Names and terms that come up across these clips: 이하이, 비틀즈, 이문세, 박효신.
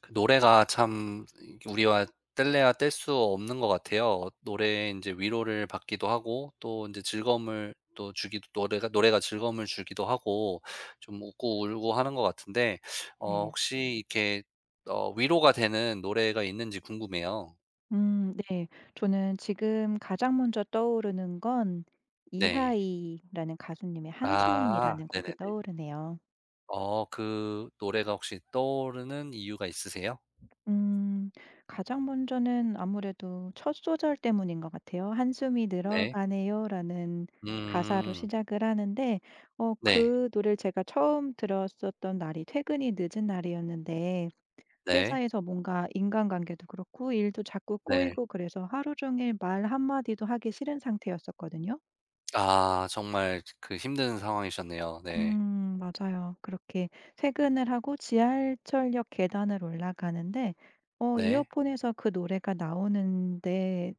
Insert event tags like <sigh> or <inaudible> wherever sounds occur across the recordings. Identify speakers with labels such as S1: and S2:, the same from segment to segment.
S1: 그 노래가 참 우리와 뗄래야 뗄 수 없는 것 같아요. 노래에 인제 위로를 받기도 하고 또 인제 즐거움을 또 주기도 노래가 즐거움을 주기도 하고 좀 웃고 울고 하는 것 같은데
S2: 네.
S1: 혹시 이렇게 위로가 되는 노래가 있는지 궁금해요.
S2: 네. 저는 지금 가장 먼저 떠오르는 건
S1: 네.
S2: 이하이라는 가수님의
S1: 아,
S2: 한숨이라는 곡이
S1: 네네네.
S2: 떠오르네요.
S1: 그 노래가 혹시 떠오르는 이유가 있으세요?
S2: 음 가장 먼저는 아무래도 첫 소절 때문인 것 같아요. "한숨이
S1: 네.
S2: 늘어가네요."라는 가사로
S1: 음.
S2: 시작을 하는데
S1: 네.
S2: 그 노래를 제가 처음 들었었던 날이 퇴근이 늦은 날이었는데
S1: 네.
S2: 회사에서 뭔가 인간관계도 그렇고 일도 자꾸
S1: 네.
S2: 꼬이고 그래서 하루 종일 말 한마디도 하기 싫은 상태였었거든요.
S1: 아, 정말 그 힘든 상황이셨네요. 네.
S2: 맞아요. 그렇게 퇴근을 하고 지하철역 계단을 올라가는데
S1: 네.
S2: 이어폰에서 그 노래가 나오는데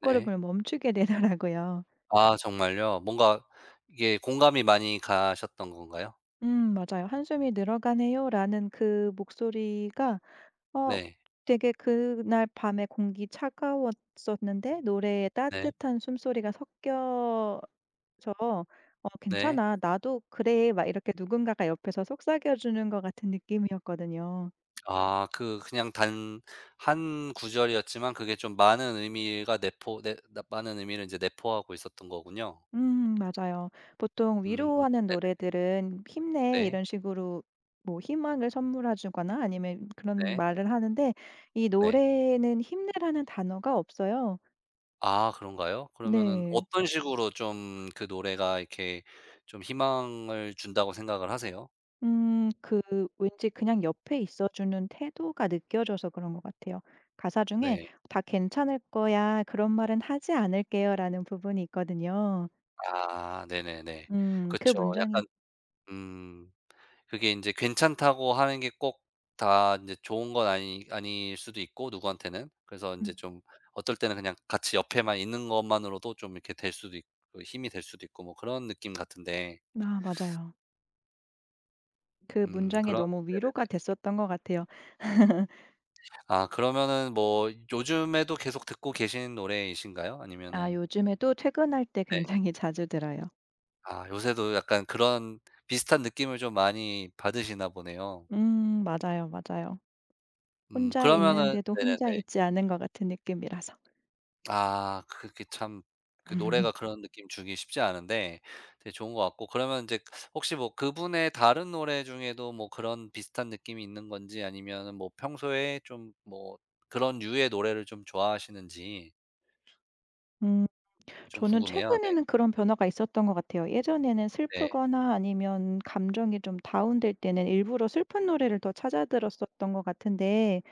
S1: 네.
S2: 멈추게 <laughs> 되더라고요.
S1: 아, 정말요? 뭔가 이게 공감이 많이 가셨던 건가요?
S2: 맞아요. "한숨이 늘어가네요."라는 그 목소리가 어
S1: 네.
S2: 되게 그날 밤에 공기 차가웠었는데 노래에
S1: 네.
S2: 따뜻한 숨소리가 섞여서 '어
S1: 네.
S2: 괜찮아. 나도 그래.' 막 이렇게 누군가가 옆에서 속삭여 주는 것 같은 느낌이었거든요.
S1: 아, 그 그냥 단 한 구절이었지만 그게 좀 많은 의미가 내포 내 나 많은 의미를 인제 내포하고 있었던 거군요.
S2: 맞아요. 보통
S1: 음,
S2: 위로하는
S1: 네네.
S2: 노래들은 "힘내."
S1: 네. 네.
S2: 이런 식으로 뭐 희망을 선물해 주거나 아니면 그런
S1: 네.
S2: 말을 하는데 이
S1: 네.
S2: 노래에는 힘내라는 단어가 없어요.
S1: 아, 그런가요? 그러면은
S2: 네.
S1: 어떤 식으로 좀 그 노래가 이렇게 좀 희망을 준다고 생각을 하세요?
S2: 음 그 왠지 그냥 옆에 있어 주는 태도가 느껴져서 그런 것 같아요. 가사 중에
S1: 네.
S2: "다 괜찮을 거야. 그런 말은 하지 않을게요."라는 부분이 있거든요.
S1: 아, 네네네.
S2: 그
S1: 그쵸.
S2: 문장이.
S1: 약간 음, 그게 인제 괜찮다고 하는 게 꼭 다 인제 좋은 건 아니 아닐 수도 있고 누구한테는. 그래서 인제
S2: 음.
S1: 좀 어떨 때는 그냥 같이 옆에만 있는 것만으로도 좀 이렇게 될 수도 있고 힘이 될 수도 있고 뭐 그런 느낌 같은데
S2: 맞아요. 그 문장이
S1: 그런
S2: 너무 위로가
S1: 네네네.
S2: 됐었던 것 같아요. <laughs>
S1: 아, 그러면은 뭐 요즘에도 계속 듣고 계신 노래이신가요? 아니면은
S2: 요즘에도 퇴근할 때
S1: 네.
S2: 굉장히 <laughs> 자주 들어요.
S1: 아, 요새도 약간 그런 비슷한 느낌을 좀 많이 받으시나 보네요.
S2: 맞아요, 맞아요.
S1: 음,
S2: 혼자
S1: 그러면은
S2: 있는데도
S1: 네네네.
S2: 혼자 있지 않은 것 같은 느낌이라서.
S1: 아, 그게 참 그 노래가
S2: <laughs>
S1: 그런 느낌 주기 쉽지 않은데 되게 좋은 것 같고 그러면 인제 혹시 뭐 그분의 다른 노래 중에도 뭐 그런 비슷한 느낌이 있는 건지 아니면은 뭐 평소에 좀 뭐 그런 유의 노래를 좀 좋아하시는지
S2: 음
S1: 좀
S2: 저는
S1: 궁금해요. 네.
S2: 최근에는 그런 변화가 있었던 것 같아요. 예전에는
S1: 네.
S2: 슬프거나 아니면 감정이 좀 다운될 때는 일부러 슬픈 노래를 더 찾아 들었었던 것 같은데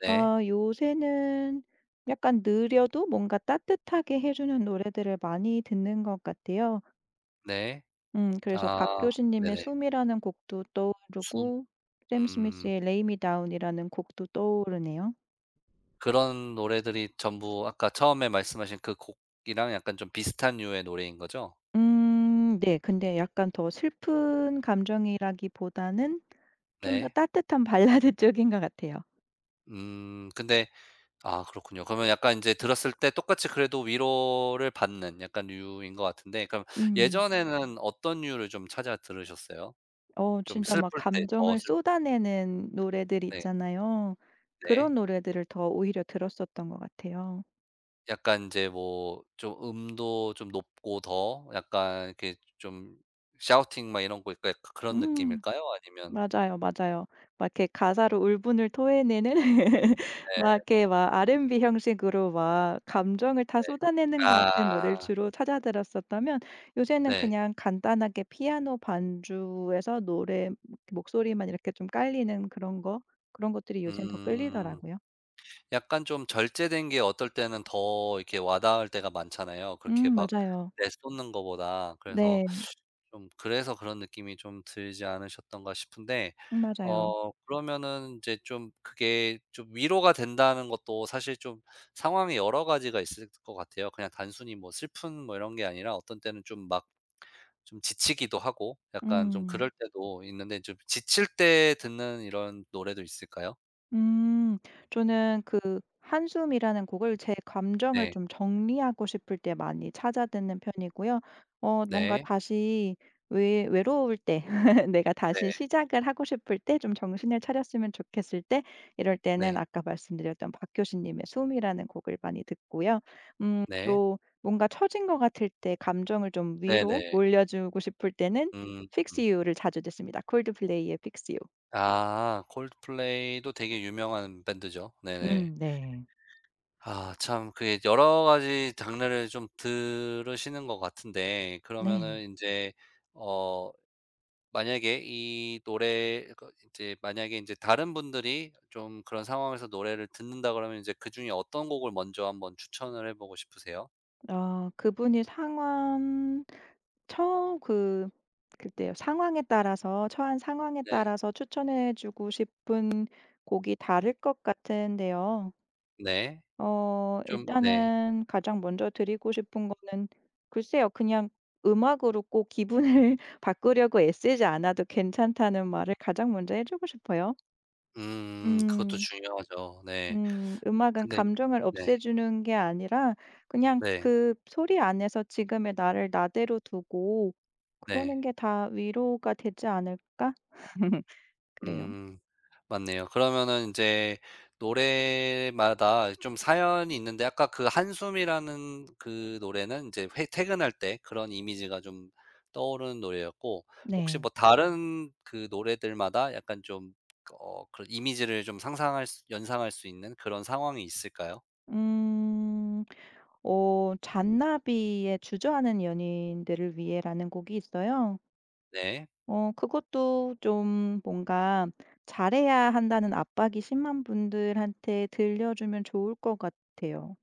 S1: 네.
S2: 요새는 약간 느려도 뭔가 따뜻하게 해 주는 노래들을 많이 듣는 것 같아요.
S1: 네.
S2: 그래서
S1: 아,
S2: 박효신님의
S1: 네네.
S2: 숨이라는 곡도
S1: 숨.
S2: 떠오르고 샘
S1: 음.
S2: 스미스의 레이 미 다운이라는 곡도 떠오르네요.
S1: 그런 노래들이 전부 아까 처음에 말씀하신 그 곡이랑 약간 좀 비슷한 유의 노래인 거죠?
S2: 네. 근데 약간 더 슬픈 감정이라기보다는 좀 더
S1: 네.
S2: 따뜻한 <laughs> 발라드 쪽인 것 같아요.
S1: 음, 근데 아, 그렇군요. 그러면 약간 이제 들었을 때 똑같이 그래도 위로를 받는 약간 류인 것 같은데 그럼
S2: 음.
S1: 예전에는 어떤 류를 좀 찾아 들으셨어요? 좀
S2: 진짜 막
S1: 슬플 때 더
S2: 감정을
S1: 슬플
S2: 쏟아내는 노래들
S1: 때
S2: 있잖아요.
S1: 네.
S2: 그런 노래들을 더 오히려 들었었던 것 같아요.
S1: 약간 이제 뭐 좀 음도 좀 높고 더 약간 이렇게 좀 샤우팅 막 이런 거그 약간 그런
S2: 음.
S1: 느낌일까요? 아니면
S2: 맞아요, 맞아요. 막 이렇게 가사로 울분을 토해내는 <laughs> 막 이렇게 막 R&B 형식으로 막 감정을 다
S1: 네네.
S2: 쏟아내는 것 같은 노래를
S1: 아
S2: 주로 찾아 들었었다면 요새는
S1: 네.
S2: 그냥 간단하게 피아노 반주에서 노래 목소리만 이렇게 좀 깔리는 그런 거 그런 것들이 요새는 더
S1: 음.
S2: 끌리더라고요.
S1: 약간 좀 절제된 게 어떨 때는 더 이렇게 와닿을 때가 많잖아요, 그렇게 막
S2: 맞아요.
S1: 내쏟는 거보다. 그래서
S2: 네.
S1: 좀 그래서 그런 느낌이 좀 들지 않으셨던가 싶은데
S2: 맞아요.
S1: 그러면은 이제 좀 그게 좀 위로가 된다는 것도 사실 좀 상황이 여러 가지가 있을 것 같아요. 그냥 단순히 뭐 슬픈 뭐 이런 게 아니라 어떤 때는 좀 막 좀 지치기도 하고 약간 좀
S2: 음.
S1: 그럴 네. 때도 있는데 좀 지칠 때 듣는 이런 노래도 있을까요?
S2: 음. 저는 그 한숨이라는 곡을 제 감정을
S1: 네.
S2: 좀 정리하고 싶을 때 많이 찾아 듣는 편이고요. 뭔가
S1: 네.
S2: 다시 외 외로울 때 <laughs> 내가
S1: 네.
S2: 다시 시작을 하고 싶을 때 좀 정신을 차렸으면 좋겠을 때 이럴 때는
S1: 네.
S2: 아까 말씀드렸던 박교신 님의 숨이라는 곡을 많이 듣고요.
S1: 네.
S2: 또 뭔가 처진 것 같을 때 감정을 좀 위로
S1: 네네.
S2: 올려주고 싶을 때는
S1: 음.
S2: Fix
S1: 음.
S2: You를 자주 듣습니다. 콜드플레이의 Fix You.
S1: 아, 콜드플레이도 되게 유명한 밴드죠. 네네.
S2: 네.
S1: 아, 참 그게 여러 가지 장르를 좀 들으시는 것 같은데
S2: 네.
S1: 그러면은 인제 어 만약에 이 노래 그 인제 만약에 인제 다른 분들이 좀 그런 상황에서 노래를 듣는다 그러면 이제 그중에 어떤 곡을 먼저 한번 추천을 해 보고 싶으세요?
S2: 그분이 상황 처 그 그때 상황에 따라서 처한 상황에
S1: 네.
S2: 따라서 추천해 주고 싶은 곡이 다를 것 같은데요.
S1: 네. 좀 네.
S2: 일단은 가장 먼저 드리고 싶은 거는 글쎄요. 그냥 음악으로 꼭 기분을 <laughs> 바꾸려고 애쓰지 않아도 괜찮다는 말을 가장 먼저 해 주고 싶어요.
S1: 음, 그것도
S2: 음.
S1: 중요하죠. 네.
S2: 음. 음악은
S1: 근데
S2: 감정을
S1: 네.
S2: 없애주는 게 아니라 그냥
S1: 네.
S2: 그 소리 안에서 지금의 나를 나대로 두고
S1: 네.
S2: 그러는 게 다 위로가 되지 않을까? <laughs> 그래요.
S1: 음. 맞네요. 그러면은 이제 노래마다 좀 사연이 있는데 아까 그 한숨이라는 그 노래는 이제 회 퇴근할 때 그런 이미지가 좀 떠오르는 노래였고 혹시
S2: 네.
S1: 뭐 다른 그 노래들마다 약간 좀 그런 이미지를 좀 상상할 수 연상할 수 있는 그런 상황이 있을까요?
S2: 음. 잔나비의 주저하는 연인들을 위해라는 곡이 있어요.
S1: 네.
S2: 그것도 좀 뭔가 잘해야 한다는 압박이 심한 분들한테 들려주면 좋을 것 같아요.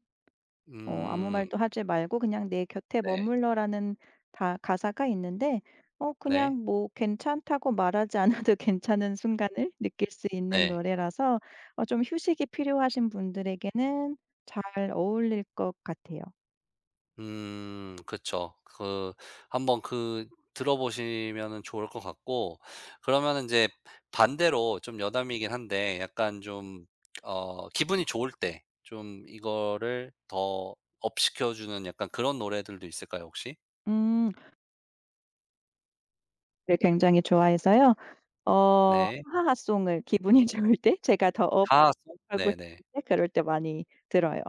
S2: "아무
S1: 음.
S2: 말도 하지 말고 그냥 내 곁에
S1: 네.
S2: 머물러."라는 다 가사가 있는데
S1: 네.
S2: 그냥 뭐 괜찮다고 말하지 않아도 <laughs> 괜찮은 순간을 느낄 수 있는
S1: 네.
S2: 노래라서 좀 휴식이 필요하신 분들에게는 잘 어울릴 것 같아요.
S1: 그쵸. 그 한번 그 들어보시면은 좋을 것 같고 그러면 이제 반대로 좀 여담이긴 한데 약간 좀 기분이 좋을 때 좀 이거를 더 업 시켜 주는 약간 그런 노래들도 있을까요 혹시?
S2: 음. 네 굉장히 좋아해서요. 어
S1: 네.
S2: 하하송을 기분이 <laughs> 좋을 때 제가 더 업하고
S1: 가하송? 네네.
S2: 싶을 때 그럴 때 많이 들어요.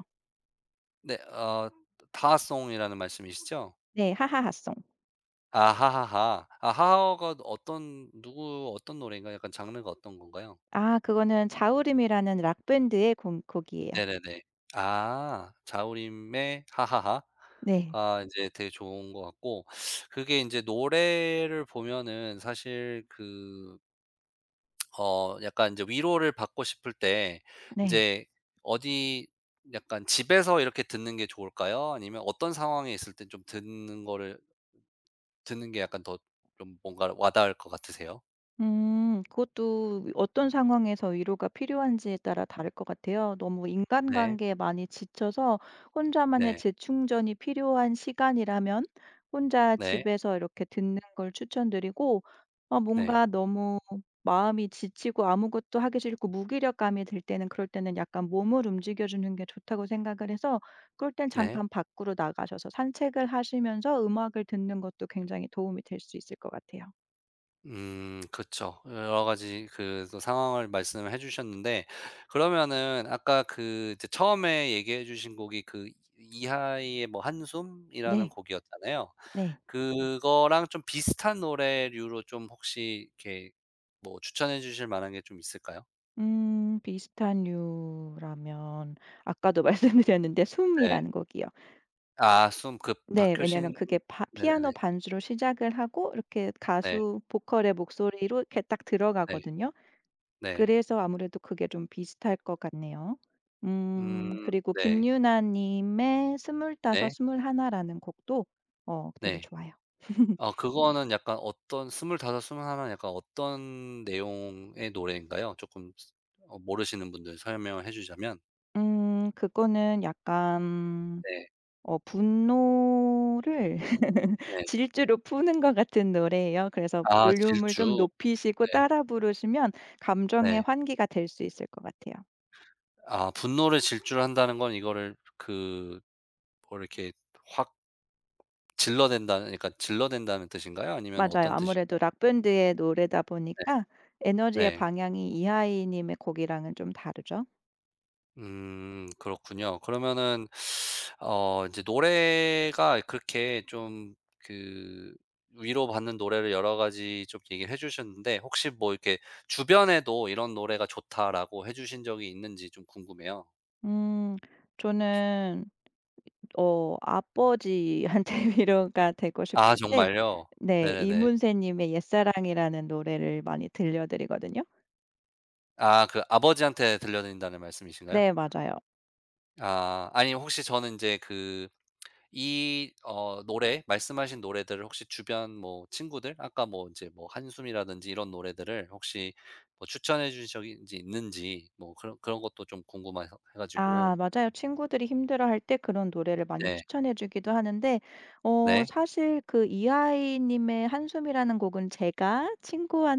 S1: 네 다하송이라는 말씀이시죠?
S2: 네. 하하하송.
S1: 아, 하하하. 아하하가 어떤 누구 어떤 노래인가요? 약간 장르가 어떤 건가요?
S2: 그거는 자우림이라는 락 밴드의 곡이에요.
S1: 네네네. 아, 자우림의 하하하가
S2: 네.
S1: 인제 되게 좋은 것 같고 그게 인제 노래를 보면은 사실 그 약간 인제 위로를 받고 싶을 때
S2: 네.
S1: 인제 어디 약간 집에서 이렇게 듣는 게 좋을까요? 아니면 어떤 상황에 있을 때 좀 듣는 거를 듣는 게 약간 더 좀 뭔가 와 닿을 것 같으세요?
S2: 그것도 어떤 상황에서 위로가 필요한지에 따라 다를 것 같아요. 너무
S1: 네.
S2: 인간관계에 많이 지쳐서 혼자만의
S1: 네.
S2: 재충전이 필요한 시간이라면 혼자
S1: 네.
S2: 집에서 이렇게 듣는 걸 추천드리고
S1: 네.
S2: 뭔가 너무 마음이 지치고 아무것도 하기 싫고 무기력감이 들 때는 그럴 때는 약간 몸을 움직여 주는 게 좋다고 생각을 해서 그럴 땐
S1: 네.
S2: 잠깐 밖으로 나가셔서 산책을 하시면서 음악을 듣는 것도 굉장히 도움이 될 수 있을 것 같아요.
S1: 그쵸. 여러 가지 그 또 상황을 말씀해 주셨는데 그러면은 아까 그 이제 처음에 얘기해 주신 곡이 그 이 이하이의 뭐 한숨이라는
S2: 네.
S1: 곡이었잖아요.
S2: 네.
S1: 그거랑 좀 비슷한 노래류로 좀 혹시 이렇게 뭐 추천해 주실 만한 게 좀 있을까요?
S2: 비슷한 류라면 아까도 <laughs> 말씀드렸는데
S1: 네.
S2: 숨이라는 곡이요.
S1: 아, 숨 그
S2: 네. 왜냐하면
S1: 박효신.
S2: 그게 바
S1: 네네네.
S2: 피아노 반주로 시작을 하고 이렇게
S1: 네.
S2: 가수 보컬의 목소리로 이렇게 딱
S1: 네.
S2: 들어가거든요.
S1: 네.
S2: 그래서 아무래도 그게 좀 비슷할 것 같네요. 그리고
S1: 네.
S2: 김유나 님의 스물다섯
S1: 네.
S2: 스물하나라는 곡도 되게
S1: 네.
S2: 좋아요. <laughs>
S1: 아, 그거는 약간 어떤 스물하나 은 약간 어떤 내용의 노래인가요? 조금 스 모르시는 분들 설명을 해 주자면
S2: 그거는 약간
S1: 네.
S2: 분노를
S1: 네.
S2: 질주로 푸는 것 같은 노래예요. 그래서
S1: 아,
S2: 볼륨을
S1: 질주.
S2: 좀 높이시고
S1: 네.
S2: 따라 부르시면 감정의
S1: 네.
S2: 환기가 될 수 있을 것 같아요.
S1: 아, 분노를 질주를 한다는 건 이거를 그 뭐 이렇게 확 질러댄다는 그러니까 질러댄다는 뜻인가요? 아니면
S2: 맞아요.
S1: 어떤
S2: 아무래도
S1: 뜻일까요?
S2: 락 밴드의 노래다
S1: 네.
S2: 보니까 에너지의
S1: 네.
S2: 방향이 이하이 님의 곡이랑은 좀 다르죠.
S1: 음, 그렇군요. 그러면은 이제 노래가 그렇게 좀 그 위로받는 노래를 여러 가지 좀 얘기를 해 주셨는데 혹시 뭐 이렇게 주변에도 "이런 노래가 좋다."라고 해 주신 적이 있는지 좀 궁금해요.
S2: 음 저는 아버지한테 <laughs> 위로가 되고
S1: 아,
S2: 싶을 때
S1: 정말요?
S2: 네
S1: 네네네.
S2: 이문세 님의 옛사랑이라는 노래를 많이 들려 드리거든요.
S1: 아, 그 아버지한테 들려 드린다는 말씀이신가요?
S2: 네 맞아요.
S1: 아, 아니 혹시 저는 이제그 이 어 노래 말씀하신 노래들을 혹시 주변 뭐 친구들 아까 뭐 인제 뭐 한숨이라든지 이런 노래들을 혹시 뭐 추천해 주신 적이 인제 있는지 뭐 그런 것도 좀 궁금해서 해 가지고.
S2: 아 맞아요. 친구들이 힘들어할 때 그런 노래를 많이
S1: 네.
S2: 추천해 주기도 하는데
S1: 네.
S2: 사실 그 이하이 님의 한숨이라는 곡은 제가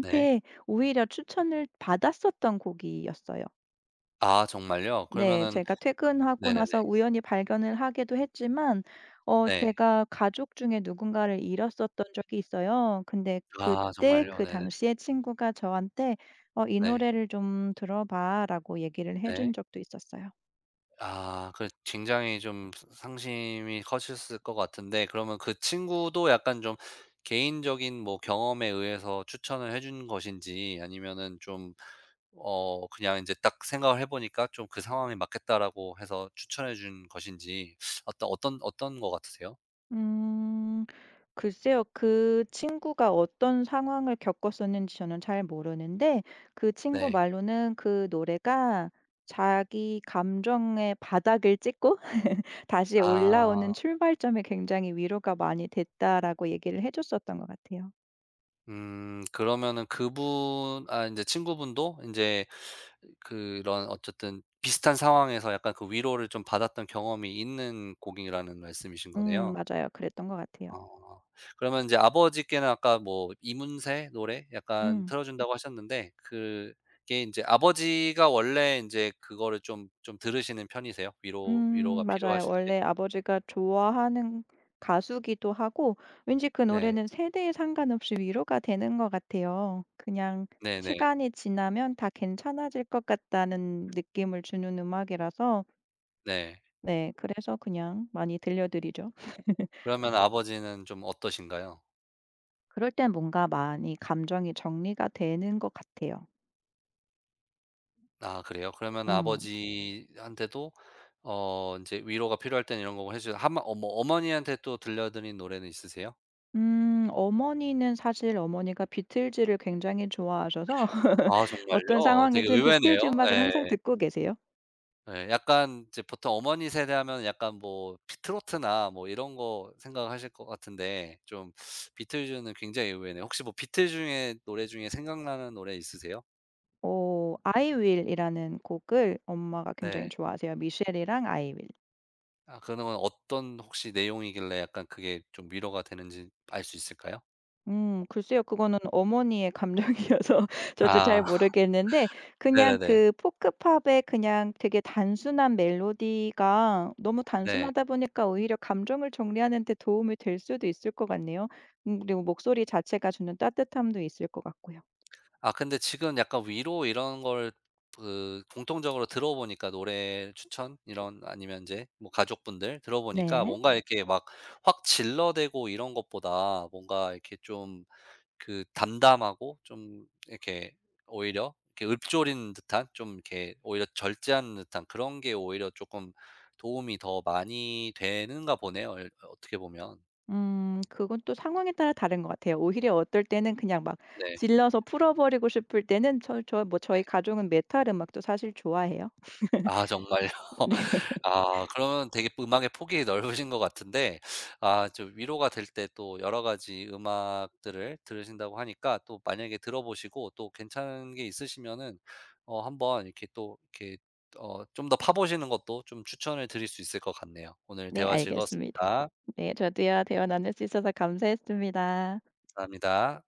S1: 네.
S2: 오히려 추천을 받았었던 곡이었어요.
S1: 아, 정말요?
S2: 네.
S1: 그러면은
S2: 제가 퇴근하고
S1: 네네네.
S2: 나서 우연히 발견을 하기도 했지만
S1: 네.
S2: 제가 가족 중에 누군가를 잃었었던 적이 있어요. 근데
S1: 아,
S2: 그때
S1: 정말요?
S2: 그
S1: 네네.
S2: 당시에 친구가 저한테 "어 이
S1: 네.
S2: 노래를 좀 들어 봐."라고 얘기를 해준
S1: 네.
S2: 적도 있었어요.
S1: 아, 그 굉장히 좀 스 상심이 커셨을 것 같은데 그러면 그 친구도 약간 좀 개인적인 뭐 경험에 의해서 추천을 해준 것인지 아니면은 좀 그냥 이제 딱 생각을 해 보니까 좀 그 상황에 맞겠다라고 해서 추천해 준 것인지 어떤 것 같으세요?
S2: 음. 글쎄요. 그 친구가 어떤 상황을 겪었었는지 저는 잘 모르는데 그 친구
S1: 네.
S2: 말로는 그 노래가 자기 감정의 바닥을 찍고 <laughs> 다시 올라오는
S1: 아.
S2: 출발점에 굉장히 위로가 많이 됐다라고 얘기를 해 줬었던 것 같아요.
S1: 음, 그러면은 그분 아, 이제 친구분도 이제 그런 어쨌든 비슷한 상황에서 약간 그 위로를 좀 받았던 경험이 있는 곡이라는 말씀이신 거네요.
S2: 맞아요. 그랬던 것 같아요.
S1: 어. 그러면 인제 아버지께는 아까 뭐 이문세 노래 약간
S2: 음.
S1: 틀어 준다고 하셨는데 그게 인제 아버지가 원래 인제 그거를 좀 들으시는 편이세요? 위로가
S2: 맞아요.
S1: 필요하실 때?
S2: 원래 아버지가 좋아하는 가수기도 하고 왠지 그
S1: 네.
S2: 노래는 세대에 상관없이 위로가 되는 것 같아요. 그냥
S1: 네네.
S2: 시간이 지나면 다 괜찮아질 것 같다는 느낌을 주는 음악이라서
S1: 네.
S2: 네 그래서 그냥 많이 들려드리죠.
S1: 그러면 아버지는 좀 어떠신가요?
S2: 그럴 땐 뭔가 많이 감정이 정리가 되는 것 같아요.
S1: 아, 그래요? 그러면
S2: 음.
S1: 아버지한테도 인제 위로가 필요할 때는 이런 거고 해 주셔 하마 어머 어머니한테 또 들려 드린 노래는 있으세요?
S2: 어머니는 사실 어머니가 비틀즈를 굉장히 좋아하셔서 <laughs>
S1: 아, 정말요?
S2: 어떤
S1: 어, 되게
S2: 상황이든 비틀즈
S1: 의외네요.
S2: 음악을
S1: 예.
S2: 항상 듣고 계세요.
S1: 예. 약간 이제 보통 어머니 세대하면 약간 뭐 비트로트나 뭐 이런 거 생각하실 것 같은데 좀 비틀즈는 굉장히 의외네요. 혹시 뭐 비틀즈의 노래 중에 생각나는 노래 있으세요?
S2: I will이라는 곡을 엄마가 굉장히
S1: 네.
S2: 좋아하세요. 미셸이랑 I will.
S1: 아, 그러면 어떤 혹시 내용이길래 약간 그게 좀 위로가 되는지 알 수 있을까요?
S2: 글쎄요. 그거는 어머니의 감정이어서 <laughs> 저도 잘
S1: 아 <laughs>
S2: 모르겠는데 그냥
S1: 네네네.
S2: 그 포크팝의 그냥 되게 단순한 멜로디가 너무
S1: 네.
S2: 단순하다 보니까 오히려 감정을 정리하는 데 도움이 될 수도 있을 것 같네요. 그리고 목소리 자체가 주는 따뜻함도 있을 것 같고요.
S1: 아, 근데 지금 약간 위로 이런 걸 그 공통적으로 들어보니까 노래 추천 이런 아니면 이제 뭐 가족분들 들어보니까
S2: 네.
S1: 뭔가 네. 이렇게 막 확 질러대고 이런 것보다 뭔가 이렇게 좀 그 담담하고 좀 이렇게 오히려 이렇게 읊조린 듯한 좀 이렇게 오히려 절제하는 듯한 그런 게 오히려 조금 도움이 더 많이 되는가 보네요 어, 어떻게 보면.
S2: 그건 또 상황에 따라 다른 것 같아요. 오히려 어떨 때는 그냥 막
S1: 네.
S2: 질러서 풀어 버리고 싶을 때는 뭐 저희
S1: 네.
S2: 가족은 메탈 음악도 사실 좋아해요.
S1: 아, 정말요?
S2: <laughs> 네.
S1: <laughs> 아, 그러면 되게 음악의 폭이 넓으신 것 같은데 아, 좀 위로가 될 때 또 여러 가지 음악들을 들으신다고 하니까 또 만약에 들어보시고 또 괜찮은 게 있으시면은 한번 이렇게 또 이렇게 좀 더 파보시는 것도 좀 추천을 드릴 수 있을 것 같네요. 오늘
S2: 네
S1: 대화
S2: 알겠습니다.
S1: 즐거웠습니다.
S2: 네 저도요. 대화 나눌 수 있어서 감사했습니다.
S1: 감사합니다.